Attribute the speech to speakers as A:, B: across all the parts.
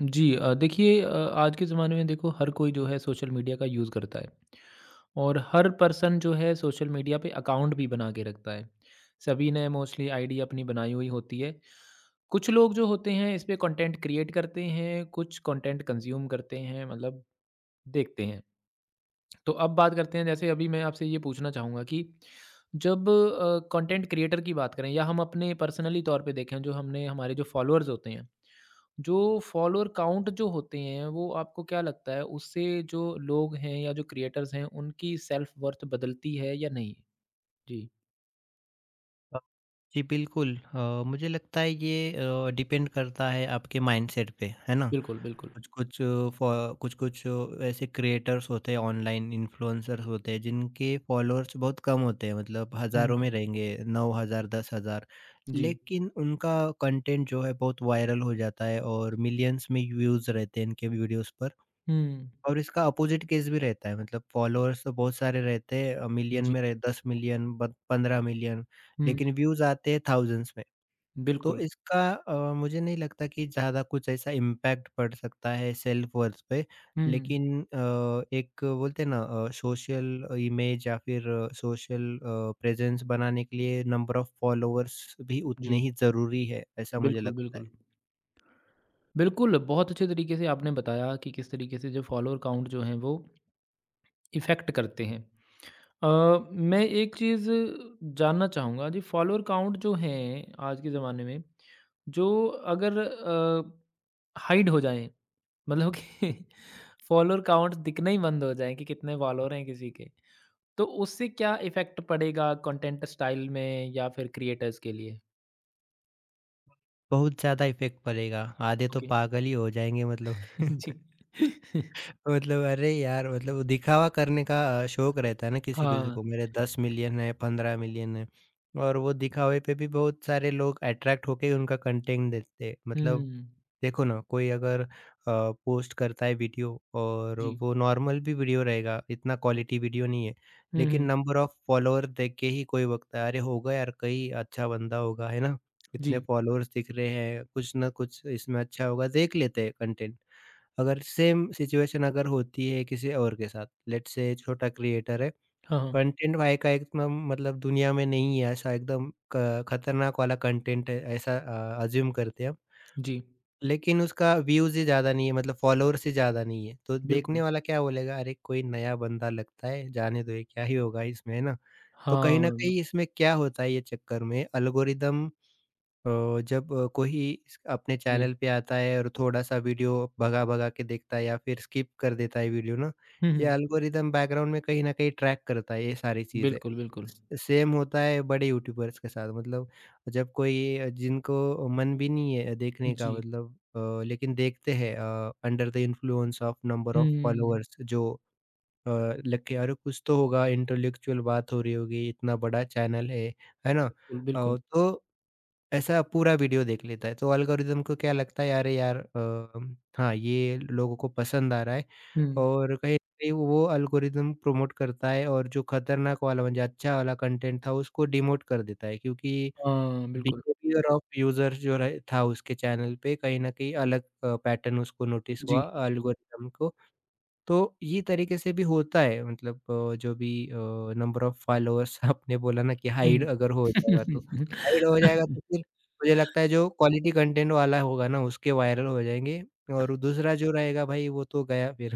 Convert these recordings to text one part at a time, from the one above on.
A: जी। देखिए, आज के ज़माने में देखो हर कोई जो है सोशल मीडिया का यूज़ करता है। और हर पर्सन जो है सोशल मीडिया पे अकाउंट भी बना के रखता है। सभी ने मोस्टली आईडी अपनी बनाई हुई होती है। कुछ लोग जो होते हैं इस पे कंटेंट क्रिएट करते हैं कुछ कंटेंट कंज्यूम करते हैं मतलब देखते हैं। तो अब बात करते हैं जैसे अभी मैं आपसे ये पूछना चाहूँगा कि जब कंटेंट क्रिएटर की बात करें या हम अपने पर्सनली तौर पे देखें जो हमने हमारे जो फॉलोअर्स होते हैं जो फॉलोअर काउंट जो होते हैं वो आपको क्या लगता है उससे जो लोग हैं या जो क्रिएटर्स हैं उनकी सेल्फ वर्थ बदलती है या नहीं? जी।
B: अ, जी बिल्कुल मुझे लगता है ये डिपेंड करता है आपके माइंडसेट पे है ना।
A: बिल्कुल, बिल्कुल।
B: कुछ कुछ कुछ ऐसे क्रिएटर्स होते हैं, ऑनलाइन इन्फ्लुएंसर्स होते हैं जिनके फॉलोअर्स बहुत कम होते हैं, मतलब हज़ारों
A: हुँ,
B: में रहेंगे। नौ हज़ार, दस हज़ार,
A: जी।
B: लेकिन उनका कंटेंट जो है बहुत वायरल हो जाता है और मिलियंस में व्यूज़ रहते हैं इनके वीडियोस पर।
A: हुँ,
B: और इसका अपोजिट केस भी रहता है, मतलब फॉलोअर्स तो बहुत सारे रहते हैं, मिलियन
A: जी।
B: में रहे, 10 मिलियन ब 15 मिलियन,
A: हुँ,
B: लेकिन व्यूज़ आते हैं थाउजेंड्स में। तो
A: बिल्कुल।
B: इसका मुझे नहीं लगता कि ज़्यादा कुछ ऐसा इम्पैक्ट पड़ सकता है सेल्फ वर्थ पे।
A: हुँ,
B: लेकिन एक बोलते हैं ना, सोशल इमेज या फिर सोशल प्रेज़ेंस बनाने के लिए नंबर ऑफ फॉलोअर्स भी उतने
A: जी।
B: ही ज़रूरी है, ऐसा मुझे
A: बिल्कुल,
B: लगता है।
A: बिल्कुल। बिल्कुल, बहुत अच्छे तरीके से आपने बताया कि किस तरीके से जो फॉलोअर काउंट जो हैं वो इफ़ेक्ट करते हैं। अ, मैं एक चीज़ जानना चाहूँगा जी फॉलोअर काउंट जो हैं आज के ज़माने में जो अगर हाइड हो जाएँ मतलब कि फॉलोअर काउंट दिखना ही बंद हो जाएँ कि कितने फॉलोअर हैं किसी के तो उससे क्या इफ़ेक्ट पड़ेगा कंटेंट स्टाइल में या फिर क्रिएटर्स के लिए?
B: बहुत ज़्यादा इफ़ेक्ट पड़ेगा, आधे तो
A: ओके।
B: पागल ही हो जाएँगे मतलब।
A: जी।
B: मतलब अरे यार, मतलब वो दिखावा करने का शौक रहता है ना किसी-किसी
A: हाँ।
B: को, मेरे 10 मिलियन है, 15 मिलियन है, और वो दिखावे पे भी बहुत सारे लोग अट्रैक्ट होके उनका कंटेंट देखते हैं। मतलब
A: हुँ।
B: देखो ना, कोई अगर पोस्ट करता है वीडियो, और
A: जी।
B: वो नॉर्मल भी वीडियो रहेगा, इतना क्वालिटी वीडियो नहीं है,
A: हुँ,
B: लेकिन
A: हुँ।
B: नंबर ऑफ फॉलोअर देख के ही कोई बकता है, अरे होगा यार कहीं, अच्छा बंदा होगा, है ना?
A: जी।
B: इतने फॉलोअर्स दिख रहे हैं, कुछ ना कुछ इसमें अच्छा होगा, देख लेते हैं कंटेंट। अगर सेम सिचुएशन अगर होती है किसी और के साथ, लेट्स से छोटा क्रिएटर है,
A: हाँ, हाँ।
B: कंटेंट भाई का एकदम मतलब दुनिया में नहीं है ऐसा, एकदम क खतरनाक वाला कंटेंट है ऐसा अज़्यूम करते हैं हम।
A: जी।
B: लेकिन उसका व्यूज़ ही ज़्यादा नहीं है, मतलब फॉलोअर्स ही ज़्यादा नहीं है, तो
A: बिल्कुल।
B: देखने वाला क्या बोलेगा, अरे कोई नया बंदा लगता है, जाने दो ये क्या ही होगा इसमें, है ना? तो कहीं
A: हाँ,
B: न
A: बिल्कुल।
B: कहीं इसमें क्या होता है, ये चक्कर में एल्गोरिदम, अ, जब कोई इस अपने
A: जी।
B: चैनल पे आता है और थोड़ा-सा वीडियो भगा-भगा के देखता है या फिर स्किप कर देता है वीडियो ना,
A: हुँ,
B: ये
A: हुँ।
B: एल्गोरिदम बैकग्राउंड में कहीं न कहीं ट्रैक करता है ये सारी चीज़ें।
A: बिल्कुल, बिल्कुल।
B: सेम होता है बड़े यूट्यूबर्स के साथ, मतलब जब कोई जिनको मन भी नहीं है देखने का,
A: जी।
B: मतलब लेकिन देखते हैं under the influence of number of
A: hmm,
B: followers जो, अ, लग के अरे कुछ तो होगा, इंटेलेक्चुअल बात हो रही होगी, इतना बड़ा चैनल है ना?
A: बिल्कुल, बिल्कुल।
B: तो ऐसा पूरा वीडियो देख लेता है, तो एल्गोरिदम को क्या लगता है, अरे यार हाँ, ये लोगों को पसंद आ रहा है।
A: हुँ।
B: और कहीं न कहीं वो एल्गोरिदम प्रमोट करता है, और जो खतरनाक वाला म्हणजे अच्छा वाला कंटेंट था उसको डिमोट कर देता है, क्योंकि
A: हाँ, बिल्कुल।
B: बिहेवियर ऑफ यूज़र जो रहे था उसके चैनल पे, कहीं न कहीं अलग पैटर्न उसको नोटिस
A: जी।
B: हुआ एल्गोरिदम को। तो ये तरीके से भी होता है, मतलब जो भी नंबर ऑफ फॉलोअर्स आपने बोला ना कि हाइड
A: हुँ।
B: अगर हो जाएगा, तो हाइड हो जाएगा तो फिर मुझे लगता है जो क्वालिटी कंटेंट वाला होगा ना, उसके वायरल हो जाएंगे, और दूसरा जो रहेगा भाई वो तो गया फिर।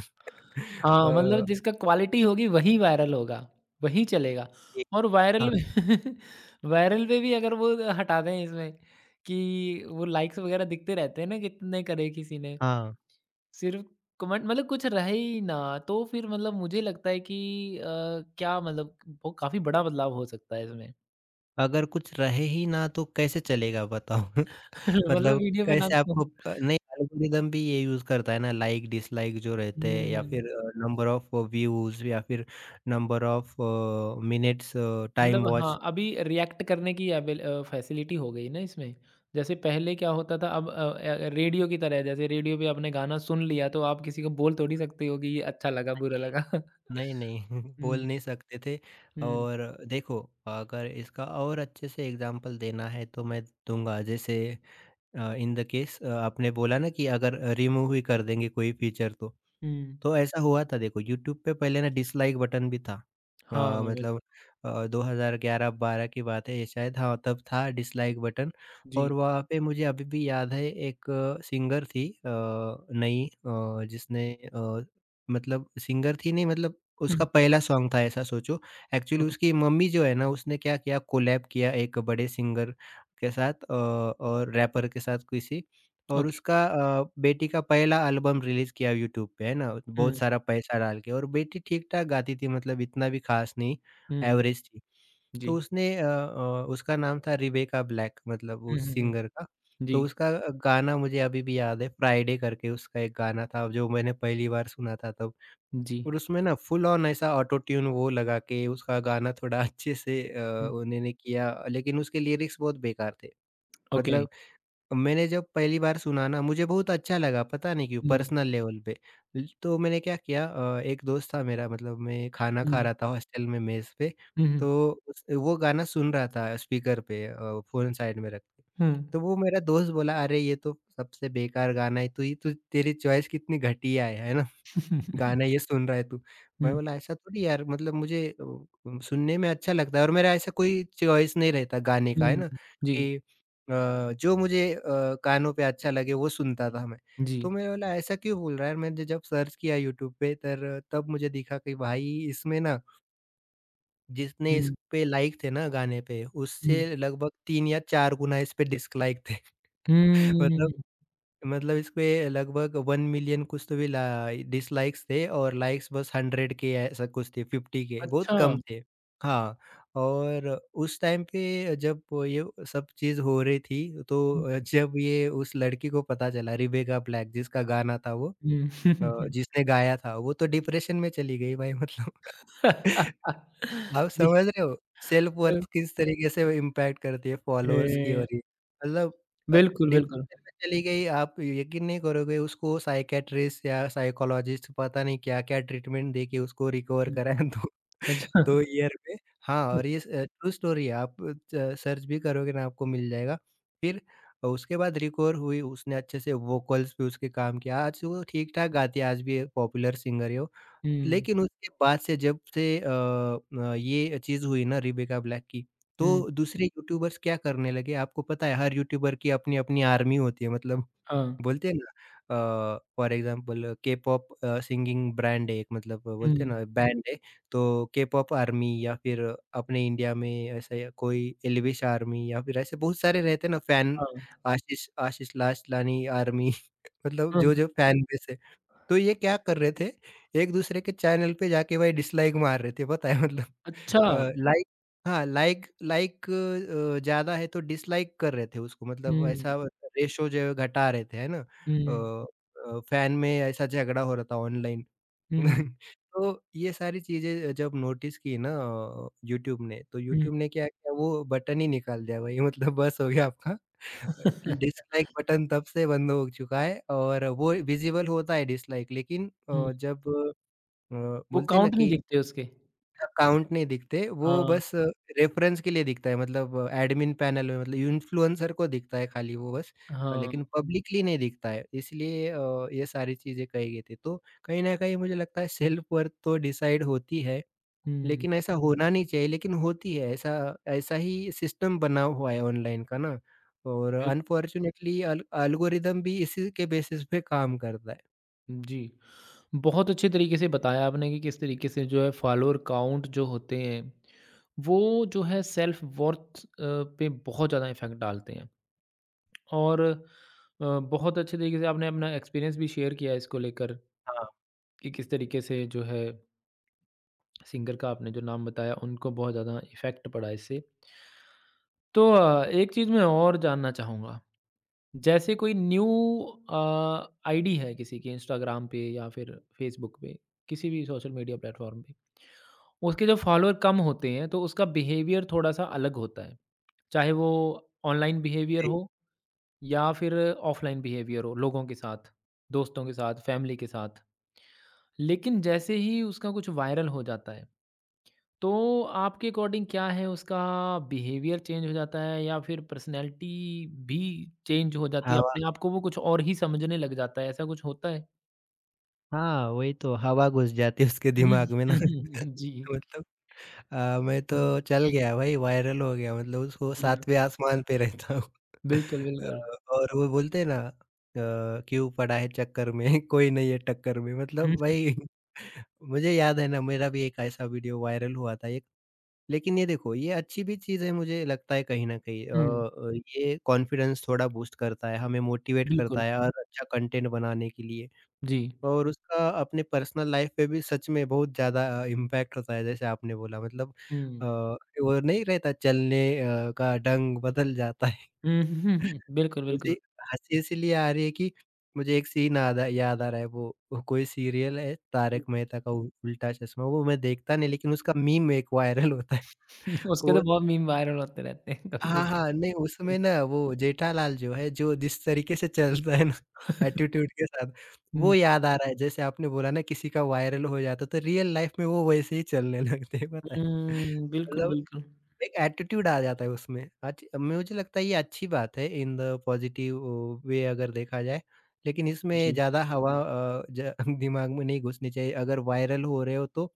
A: हाँ, मतलब
B: अ,
A: जिसका क्वालिटी होगी वही वायरल होगा, वही चलेगा
B: एक
A: और वायरल
B: हाँ,
A: वायरल पे भी अगर वो हटा दें इसमें कि वो लाइक्स वगैरह दिखते रहते हैं ना कितने करे किसी ने,
B: हाँ।
A: सिर्फ़ कमेंट मतलब कुछ रहे ही ना, तो फिर मतलब मुझे लगता है कि अ, क्या मतलब वो काफ़ी बड़ा बदलाव हो सकता है इसमें।
B: अगर कुछ रहे ही ना तो कैसे चलेगा बताओ?
A: मतलब
B: मतलब
A: वीडियो पे ना
B: कैसे
A: को
B: आपको प नहीं, एल्गोरिदम भी ये यूज़ करता है ना, लाइक डिसलाइक जो रहते हैं, या
A: हुँ।
B: फिर नंबर ऑफ व्यूज़, या फिर नंबर ऑफ मिनट्स, टाइम
A: मतलब हाँ,
B: वॉच।
A: अभी रिएक्ट करने की अवेल फैसिलिटी हो गई ना इसमें। जैसे पहले क्या होता था अब रेडियो की तरह है, जैसे रेडियो पे आपने गाना सुन लिया तो आप किसी को बोल थोड़ी सकते हो कि ये अच्छा लगा, बुरा लगा।
B: नहीं, नहीं, बोल
A: हुँ,
B: नहीं सकते थे।
A: हुँ,
B: और देखो, अगर इसका और अच्छे से एग्ज़ाम्पल देना है तो मैं दूँगा, जैसे इन द केस, आपने बोला ना कि अगर रिमूव ही कर देंगे कोई फीचर तो।
A: हुँ।
B: तो ऐसा हुआ था देखो, यूट्यूब पे पहले ना डिसलाइक बटन भी था।
A: हाँ,
B: अ, मतलब
A: बिल्कुल।
B: अ, 2011-12 की बात है ये शायद, हाँ, तब था डिसलाइक बटन। और
A: जी।
B: वहाँ पे मुझे अभी भी याद है, एक सिंगर थी नई, मतलब सिंगर थी नहीं, मतलब उसका
A: हुँ,
B: पहला सॉन्ग था ऐसा सोचो। एक्चुअली
A: ओके,
B: उसकी मम्मी जो है ना, उसने क्या किया, कोलैब किया एक बड़े सिंगर के साथ, और रैपर के साथ किसी, और
A: ओके।
B: उसका बेटी का पहला एल्बम रिलीज़ किया यूट्यूब पे, है ना? बहुत
A: हुँ,
B: सारा पैसा डाल के, और बेटी ठीक-ठाक गाती थी, मतलब इतना भी ख़ास नहीं,
A: हुँ,
B: एवरेज थी। तो
A: जी।
B: उसने उसका नाम था रिबेका ब्लैक, मतलब
A: हुँ,
B: उस
A: हुँ, हुँ।
B: सिंगर का।
A: जी,
B: तो उसका गाना मुझे अभी भी याद है, फ्राइडे करके उसका एक गाना था, जो मैंने पहली बार सुना था तब।
A: जी।
B: और उसमें ना फुल ऑन ऐसा ऑटो ट्यून वो लगा के उसका गाना थोड़ा अच्छे से
A: हुँ,
B: उन्होंने किया, लेकिन उसके लिरिक्स बहुत बेकार थे।
A: ओके।
B: मतलब मैंने जब पहली बार सुना ना, मुझे बहुत अच्छा लगा, पता नहीं क्यों,
A: हुँ,
B: पर्सनल लेवल पे। ल तो मैंने क्या किया, एक दोस्त था मेरा, मतलब मैं खाना खा
A: हुँ,
B: रहा था हॉस्टल में मेस पे,
A: हुँ, हुँ,
B: तो उस वो गाना सुन रहा था स्पीकर पे, फ़ोन साइड में रख के।
A: हुँ।
B: तो वो मेरा दोस्त बोला, अरे ये तो सबसे बेकार गाना है, तू ही तू, तेरी चॉइस कितनी घटिया है ना? गाना ये सुन रहा है तू।
A: हुँ,
B: मैं
A: हुँ,
B: बोला ऐसा थोड़ी यार, मतलब मुझे सुनने में अच्छा लगता है, और मेरा ऐसा कोई चॉइस नहीं रहता गाने का, है ना
A: जी,
B: कि जो मुझे कानों पे अच्छा लगे वो सुनता था मैं।
A: जी।
B: तो मैं बोला ऐसा क्यों बोल रहा है? मैंने जब सर्च किया यूट्यूब पे तर तब मुझे दिखा कि भाई इसमें ना जितने इस
A: हुँ,
B: पे लाइक थे ना गाने पे,
A: हुँ।
B: उससे लगभग 3 या 4 गुना इस पे डिसलाइक थे। मतलब
A: हुँ।
B: मतलब इस पे लगभग 1 मिलियन कुछ तो भी ला डिसलाइक्स थे, और लाइक्स बस 100 के ऐसा कुछ थे, 50 के, बहुत
A: अच्छा।
B: कम थे। हाँ, और उस टाइम पे जब ये सब चीज़ हो रही थी,
A: हुँ, हुँ।
B: तो जब ये उस लड़की को पता चला, रिबेका ब्लैक जिसका गाना था, वो जिसने गाया था, वो तो डिप्रेशन में चली गई भाई, मतलब। आप
A: जी,
B: समझ रहे हो? सेल्फ वर्थ
A: बिल
B: किस तरीके से इम्पैक्ट करती है फॉलोअर्स की,
A: ए,
B: और ये मतलब अ,
A: बिल्कुल, बिल्कुल।
B: डिप्रेशन में चली गई, आप यकीन नहीं करोगे, उसको साइकियाट्रिस्ट या साइकोलॉजिस्ट पता नहीं क्या-क्या ट्रीटमेंट देके उसको रिकवर
A: हुँ,
B: कराएँ 2 2
A: अच्छा।
B: ईयर में। हाँ, और ये ट्रू स्टोरी है, आप च सर्च भी करोगे ना आपको मिल जाएगा। फिर उसके बाद रिकवर हुई, उसने अच्छे से वोकल्स पे उसके काम किया। आज तो वो ठीक-ठाक गाती है, आज भी पॉपुलर सिंगर है वो।
A: हुँ,
B: लेकिन उसके बाद से, जब से ये चीज़ हुई ना रेबेका ब्लैक की,
A: हुँ,
B: तो दूसरे यूट्यूबर्स क्या करने लगे, आपको पता है हर यूट्यूबर की अपनी-अपनी आर्मी होती है, मतलब
A: हाँ।
B: बोलते हैं ना, for example K-pop singing brand है एक, मतलब बोलते हैं
A: हुँ,
B: ना बैंड है, तो के-पॉप आर्मी, या फिर अपने इंडिया में ऐसे कोई एल्विश आर्मी, या फिर ऐसे बहुत सारे रहते हैं ना फैन,
A: हाँ,
B: आशीष आशीष लासलानी आर्मी मतलब
A: हाँ।
B: जो-जो फैन बेस है। तो ये क्या कर रहे थे, एक-दूसरे के चैनल पे जाके भाई डिसलाइक मार रहे थे, पता है। मतलब
A: अच्छा।
B: अ, लाइक हाँ, लाइक लाइक ज़्यादा है तो डिसलाइक कर रहे थे उसको, मतलब
A: हुँ,
B: ऐसा रेशो जो है घटा रहे थे, है ना?
A: हुँ, हुँ,
B: फैन में ऐसा झगड़ा हो रहा था ऑनलाइन।
A: हुँ,
B: तो ये सारी चीज़ें जब नोटिस की ना यूट्यूब ने, तो यूट्यूब ने क्या किया, वो बटन ही निकाल दिया भाई, मतलब बस हो गया आपका। अ,
A: हुँ।
B: डिसलाइक बटन तब से बंद हो चुका है, और वो विज़िबल होता है डिसलाइक, लेकिन
A: हुँ,
B: जब अ,
A: वो
B: बोलते हैं ना
A: काउंट नहीं
B: कि
A: देखते उसके।
B: अकाउंट नहीं दिखते, वो
A: हाँ,
B: बस रेफ़रेंस के लिए दिखता है, मतलब एडमिन पैनल में, मतलब इन्फ्लुएंसर को दिखता है खाली, वो बस
A: हाँ।
B: लेकिन पब्लिकली नहीं दिखता है, इसलिए ये सारी चीज़ें कही गई थी। तो कहीं न कहीं मुझे लगता है सेल्फ वर्थ तो डिसाइड होती है,
A: हुँ, बिल्कुल।
B: लेकिन ऐसा होना नहीं चाहिए, लेकिन होती है, ऐसा ऐसा ही सिस्टम बना हुआ है ऑनलाइन का ना, और अनफॉर्च्यूनेटली अल एल्गोरिदम भी इसी के बेसिस पे काम करता है।
A: जी। बहुत अच्छे तरीके से बताया आपने कि किस तरीके से जो है फॉलोअर काउंट जो होते हैं, वो जो है सेल्फ वर्थ पे बहुत ज़्यादा इफ़ेक्ट डालते हैं। और बहुत अच्छे तरीके से आपने अपना एक्सपीरियंस भी शेयर किया है इसको लेकर
B: हाँ,
A: कि किस तरीके से जो है सिंगर का आपने जो नाम बताया उनको बहुत ज़्यादा इफ़ेक्ट पड़ा इससे। तो एक चीज़ मैं और जानना चाहूँगा जैसे कोई न्यू आईडी है किसी की इंस्टाग्राम पे या फिर फ़ेसबुक पे, किसी भी सोशल मीडिया प्लेटफ़ॉर्म पे, उसके जो फ़ॉलोअर कम होते हैं तो उसका बिहेवियर थोड़ा-सा अलग होता है। चाहे वो ऑनलाइन बिहेवियर हो या फिर ऑफ़लाइन बिहेवियर हो लोगों के साथ, दोस्तों के साथ, फ़ैमिली के साथ। लेकिन जैसे ही उसका कुछ वायरल हो जाता है तो आपके अकॉर्डिंग क्या है उसका बिहेवियर चेंज हो जाता है या फिर पर्सनैलिटी भी चेंज हो जाती है
B: हवा
A: अपने आप को वो कुछ और ही समझने लग जाता है ऐसा कुछ होता है?
B: हाँ, वही तो हवा घुस जाती है उसके दिमाग में ना।
A: हम्म, जी।
B: मतलब मैं
A: हुँ,
B: तो चल गया भाई, वायरल हो गया, मतलब उसको
A: हुँ।
B: सातवें आसमान पे रहता हूँ।
A: बिल्कुल, बिल्कुल।
B: और वो बोलते हैं ना, क्यों पड़ा है चक्कर में, कोई नहीं है टक्कर में,
A: हुँ,
B: मतलब भाई। मुझे याद है ना, मेरा भी एक ऐसा वीडियो वायरल हुआ था एक, लेकिन ये देखो ये अच्छी भी चीज़ है, मुझे लगता है कहीं न कहीं
A: हुँ,
B: ये कॉन्फिडेंस थोड़ा बूस्ट करता है, हमें मोटिवेट
A: बिल्कुल।
B: करता है और अच्छा कंटेंट बनाने के लिए।
A: जी।
B: और उसका अपने पर्सनल लाइफ पे भी सच में बहुत ज़्यादा इम्पैक्ट होता है, जैसे आपने बोला मतलब
A: हुँ।
B: वो नहीं रहता, चलने का ढंग बदल जाता है।
A: हुँ, बिल्कुल,
B: मुझे
A: बिल्कुल।
B: हँसी इसलिए आ रही है कि मुझे एक सीन आदा याद आ रहा है वो कोई सीरियल है तारक मेहता का उल्टा चश्मा। वो मैं देखता नहीं, लेकिन उसका मीम एक वायरल होता है।
A: उसके तो
B: वो
A: बहुत मीम वायरल होते रहते हैं कभी
B: हाँ,
A: कुछ।
B: हाँ, नहीं, उसमें
A: जी।
B: ना वो जेठालाल जो है, जो जिस तरीके से चलता है ना, एटीट्यूड के साथ, वो
A: हुँ।
B: याद आ रहा है। जैसे आपने बोला ना, किसी का वायरल हो जाता है, तो रियल लाइफ में वो वैसे ही चलने लगते हैं, पता है?
A: हुँ, बिल्कुल,
B: मतलब
A: बिल्कुल।
B: एक एटीट्यूड आ जाता है उसमें। अच्छ मुझे लगता है ये अच्छी बात है, इन द पॉजिटिव वे अगर देखा जाए। लेकिन इसमें
A: जी।
B: ज़्यादा हवा अ, ज दिमाग में नहीं घुसनी चाहिए। अगर वायरल हो रहे हो तो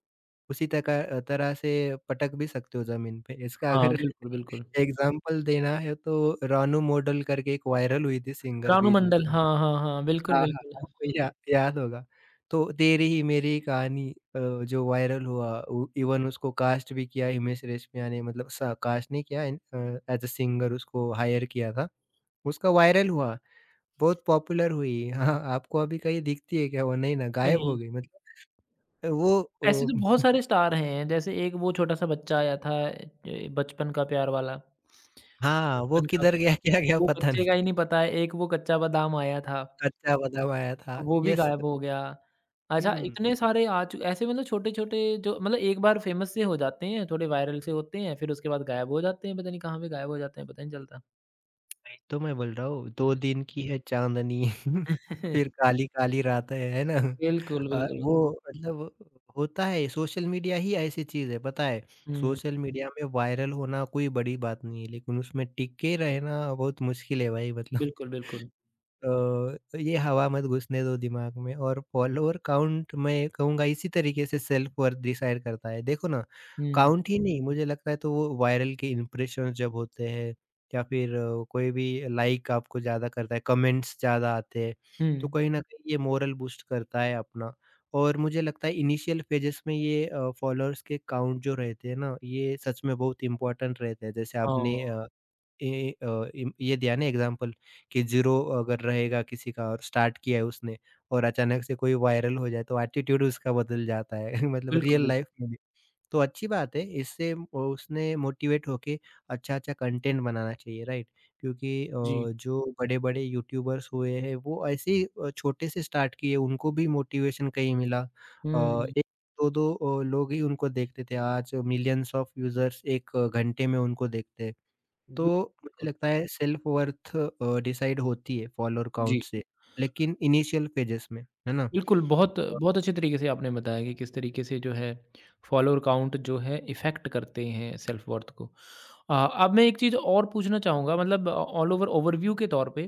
B: उसी तक तरह से पटक भी सकते हो ज़मीन पे। इसका
A: हाँ,
B: अगर
A: बिल्कुल, बिल्कुल।
B: एग्ज़ाम्पल देना है, तो रानू मॉडल करके एक वायरल हुई थी सिंगर
A: रानू
B: बीच-बीच
A: मंडल,
B: में।
A: हाँ, हाँ, हाँ। बिल्कुल,
B: हाँ, हाँ, हाँ।
A: बिल्कुल।
B: आपको याद होगा। तो तेरी ही मेरी ही कहानी, अ, जो वायरल हुआ, उ इवन उसको कास्ट भी किया हिमेश रेशमिया ने। मतलब स कास्ट नहीं किया, एज़ अ सिंगर उसको हायर किया था। उसका वायरल हुआ, बहुत पॉपुलर हुई। हाँ, आपको अभी कहीं दिखती है क्या वो? नहीं ना, गायब हो
A: सही।
B: गई मतलब। वो
A: ऐसे
B: ओ
A: तो बहुत सारे स्टार हैं, जैसे एक वो छोटा-सा बच्चा आया था ए, बचपन का प्यार वाला।
B: हाँ, वो
A: बचपन का
B: किधर
A: प्यार
B: गया, क्या गया
A: वो
B: पता
A: बच्चे
B: नहीं।
A: का ही नहीं पता है, एक वो कच्चा बादाम आया था,
B: कच्चा बादाम आया
A: तो
B: था।
A: वो भी
B: यस
A: गायब हो गया। अच्छा,
B: हुँ।
A: इतने सारे आ चु ऐसे मतलब छोटे-छोटे जो मतलब एक बार फेमस से हो जाते हैं, थोड़े वायरल से होते हैं, फिर उसके बाद गायब हो जाते हैं, पता नहीं कहाँ पे गायब हो जाते हैं, पता ही नहीं चलता।
B: वही तो मैं बोल रहा हूँ, 2
A: हुँ।
B: दिन की है चाँदनी फिर काली-काली रात है ना?
A: बिल्कुल, बिल्कुल।
B: वो मतलब होता है, सोशल मीडिया ही ऐसी चीज़ है पता है,
A: हुँ,
B: सोशल मीडिया में वायरल होना कोई बड़ी बात नहीं है, लेकिन उसमें टिके रहना बहुत मुश्किल है भाई। मतलब
A: बिल्कुल, बिल्कुल।
B: तो ये हवा मत घुसने दो दिमाग में। और फॉलोअर काउंट, मैं कहूँगा, इसी तरीके से सेल्फ वर्थ डिसाइड करता है। देखो ना,
A: हुँ,
B: काउंट ही नहीं मुझे लगता है, तो वो वायरल के इंप्रेशंस जब होते हैं या फिर कोई भी लाइक आपको ज़्यादा करता है, कमेंट्स ज़्यादा आते हैं, तो
A: हुँ।
B: कहीं न कहीं ये मोरल बूस्ट करता है अपना। और मुझे लगता है इनिशियल फेजेस में ये फॉलोअर्स के काउंट जो रहते हैं ना, ये सच में बहुत इम्पोर्टेंट रहते हैं। जैसे
A: हाँ,
B: आपने अ ए, अ, इम ये दिया ना एग्जांपल कि 0 अगर रहेगा किसी का और स्टार्ट किया है उसने और अचानक से कोई वायरल हो जाए, तो एटीट्यूड उसका बदल जाता है मतलब
A: बिल्कुल,
B: रियल
A: बिल्कुल।
B: लाइफ में भी। तो अच्छी बात है, इससे वो उसने मोटिवेट होके अच्छा-अच्छा कंटेंट बनाना चाहिए, राइट? क्योंकि
A: जी।
B: जो बड़े-बड़े यूट्यूबर्स हुए हैं, वो ऐसे ही छोटे से स्टार्ट किए, उनको भी मोटिवेशन कहीं मिला।
A: हुँ,
B: 1-2 दो दो लोग ही उनको देखते थे, आज मिलियंस ऑफ यूज़र्स 1 घंटे में उनको देखते हैं। तो मुझे
A: बिल्कुल।
B: लगता है सेल्फ वर्थ डिसाइड होती है फॉलोअर
A: जी।
B: काउंट से, लेकिन इनिशियल फ़ेजेस में, है ना?
A: बिल्कुल, बहुत बहुत अच्छे तरीके से आपने बताया कि किस तरीके से जो है फॉलोअर काउंट जो है इफ़ेक्ट करते हैं सेल्फ वर्थ को। अब मैं एक चीज़ और पूछना चाहूँगा मतलब ऑल ओवर ओवरव्यू के तौर पे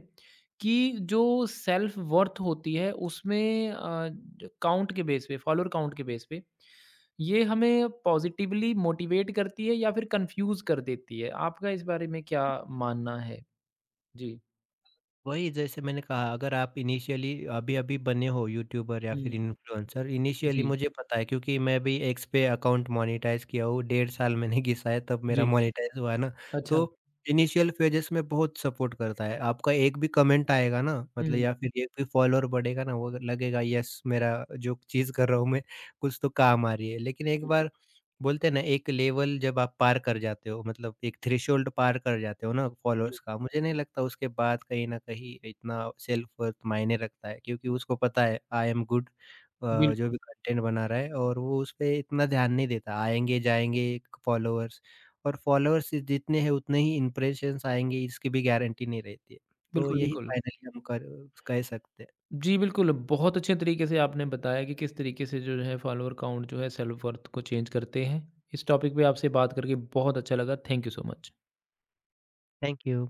A: कि जो सेल्फ वर्थ होती है उसमें ज काउंट के बेस पे फॉलोअर काउंट के बेस पे, ये हमें पॉज़िटिवली मोटिवेट करती है या फिर कन्फ्यूज़ कर देती है? आपका इस बारे में क्या मानना है? जी।
B: वही जैसे मैंने कहा, अगर आप इनिशियली अभी-अभी बने हो यूट्यूबर या
A: हुँ,
B: फिर इन्फ्लुएंसर, इनिशियली
A: जी,
B: मुझे पता है, क्योंकि मैं भी एक्स पे अकाउंट मोनेटाइज़ किया हूँ, 1.5 साल मैंने घिसाया तब मेरा
A: जी।
B: मोनेटाइज़ हुआ है ना।
A: अच्छा।
B: तो इनिशियल फ़ेजेस में बहुत सपोर्ट करता है, आपका एक भी कमेंट आएगा ना मतलब,
A: हुँ,
B: या फिर एक भी फॉलोअर बढ़ेगा ना, वो लगेगा यस, मेरा जो चीज़ कर रहा हूँ मैं, कुछ तो काम आ रही है। लेकिन एक
A: बिल्कुल,
B: बार बोलते हैं ना, एक लेवल जब आप पार कर जाते हो, मतलब एक थ्रेशोल्ड पार कर जाते हो ना
A: जी,
B: फॉलोअर्स का, मुझे नहीं लगता उसके बाद कहीं ना कहीं इतना सेल्फ वर्थ मायने रखता है, क्योंकि उसको पता है आई एम गुड,
A: बिल्कुल।
B: जो भी कंटेंट बना रहा है। और वो उस पे इतना ध्यान नहीं देता, आएंगे जाएंगे फॉलोअर्स, और फॉलोअर्स जितने हैं उतने ही इम्प्रेशंस आएंगे, इसकी भी गारंटी नहीं रहती है। तो
A: बिल्कुल,
B: यही
A: बिल्कुल।
B: फाइनली हम कर कह सकते हैं।
A: जी, बिल्कुल, बहुत अच्छे तरीके से आपने बताया कि किस तरीके से जो है फॉलोअर काउंट जो है सेल्फ वर्थ को चेंज करते हैं। इस टॉपिक पे आपसे बात करके बहुत अच्छा लगा। Thank you so much.
B: Thank you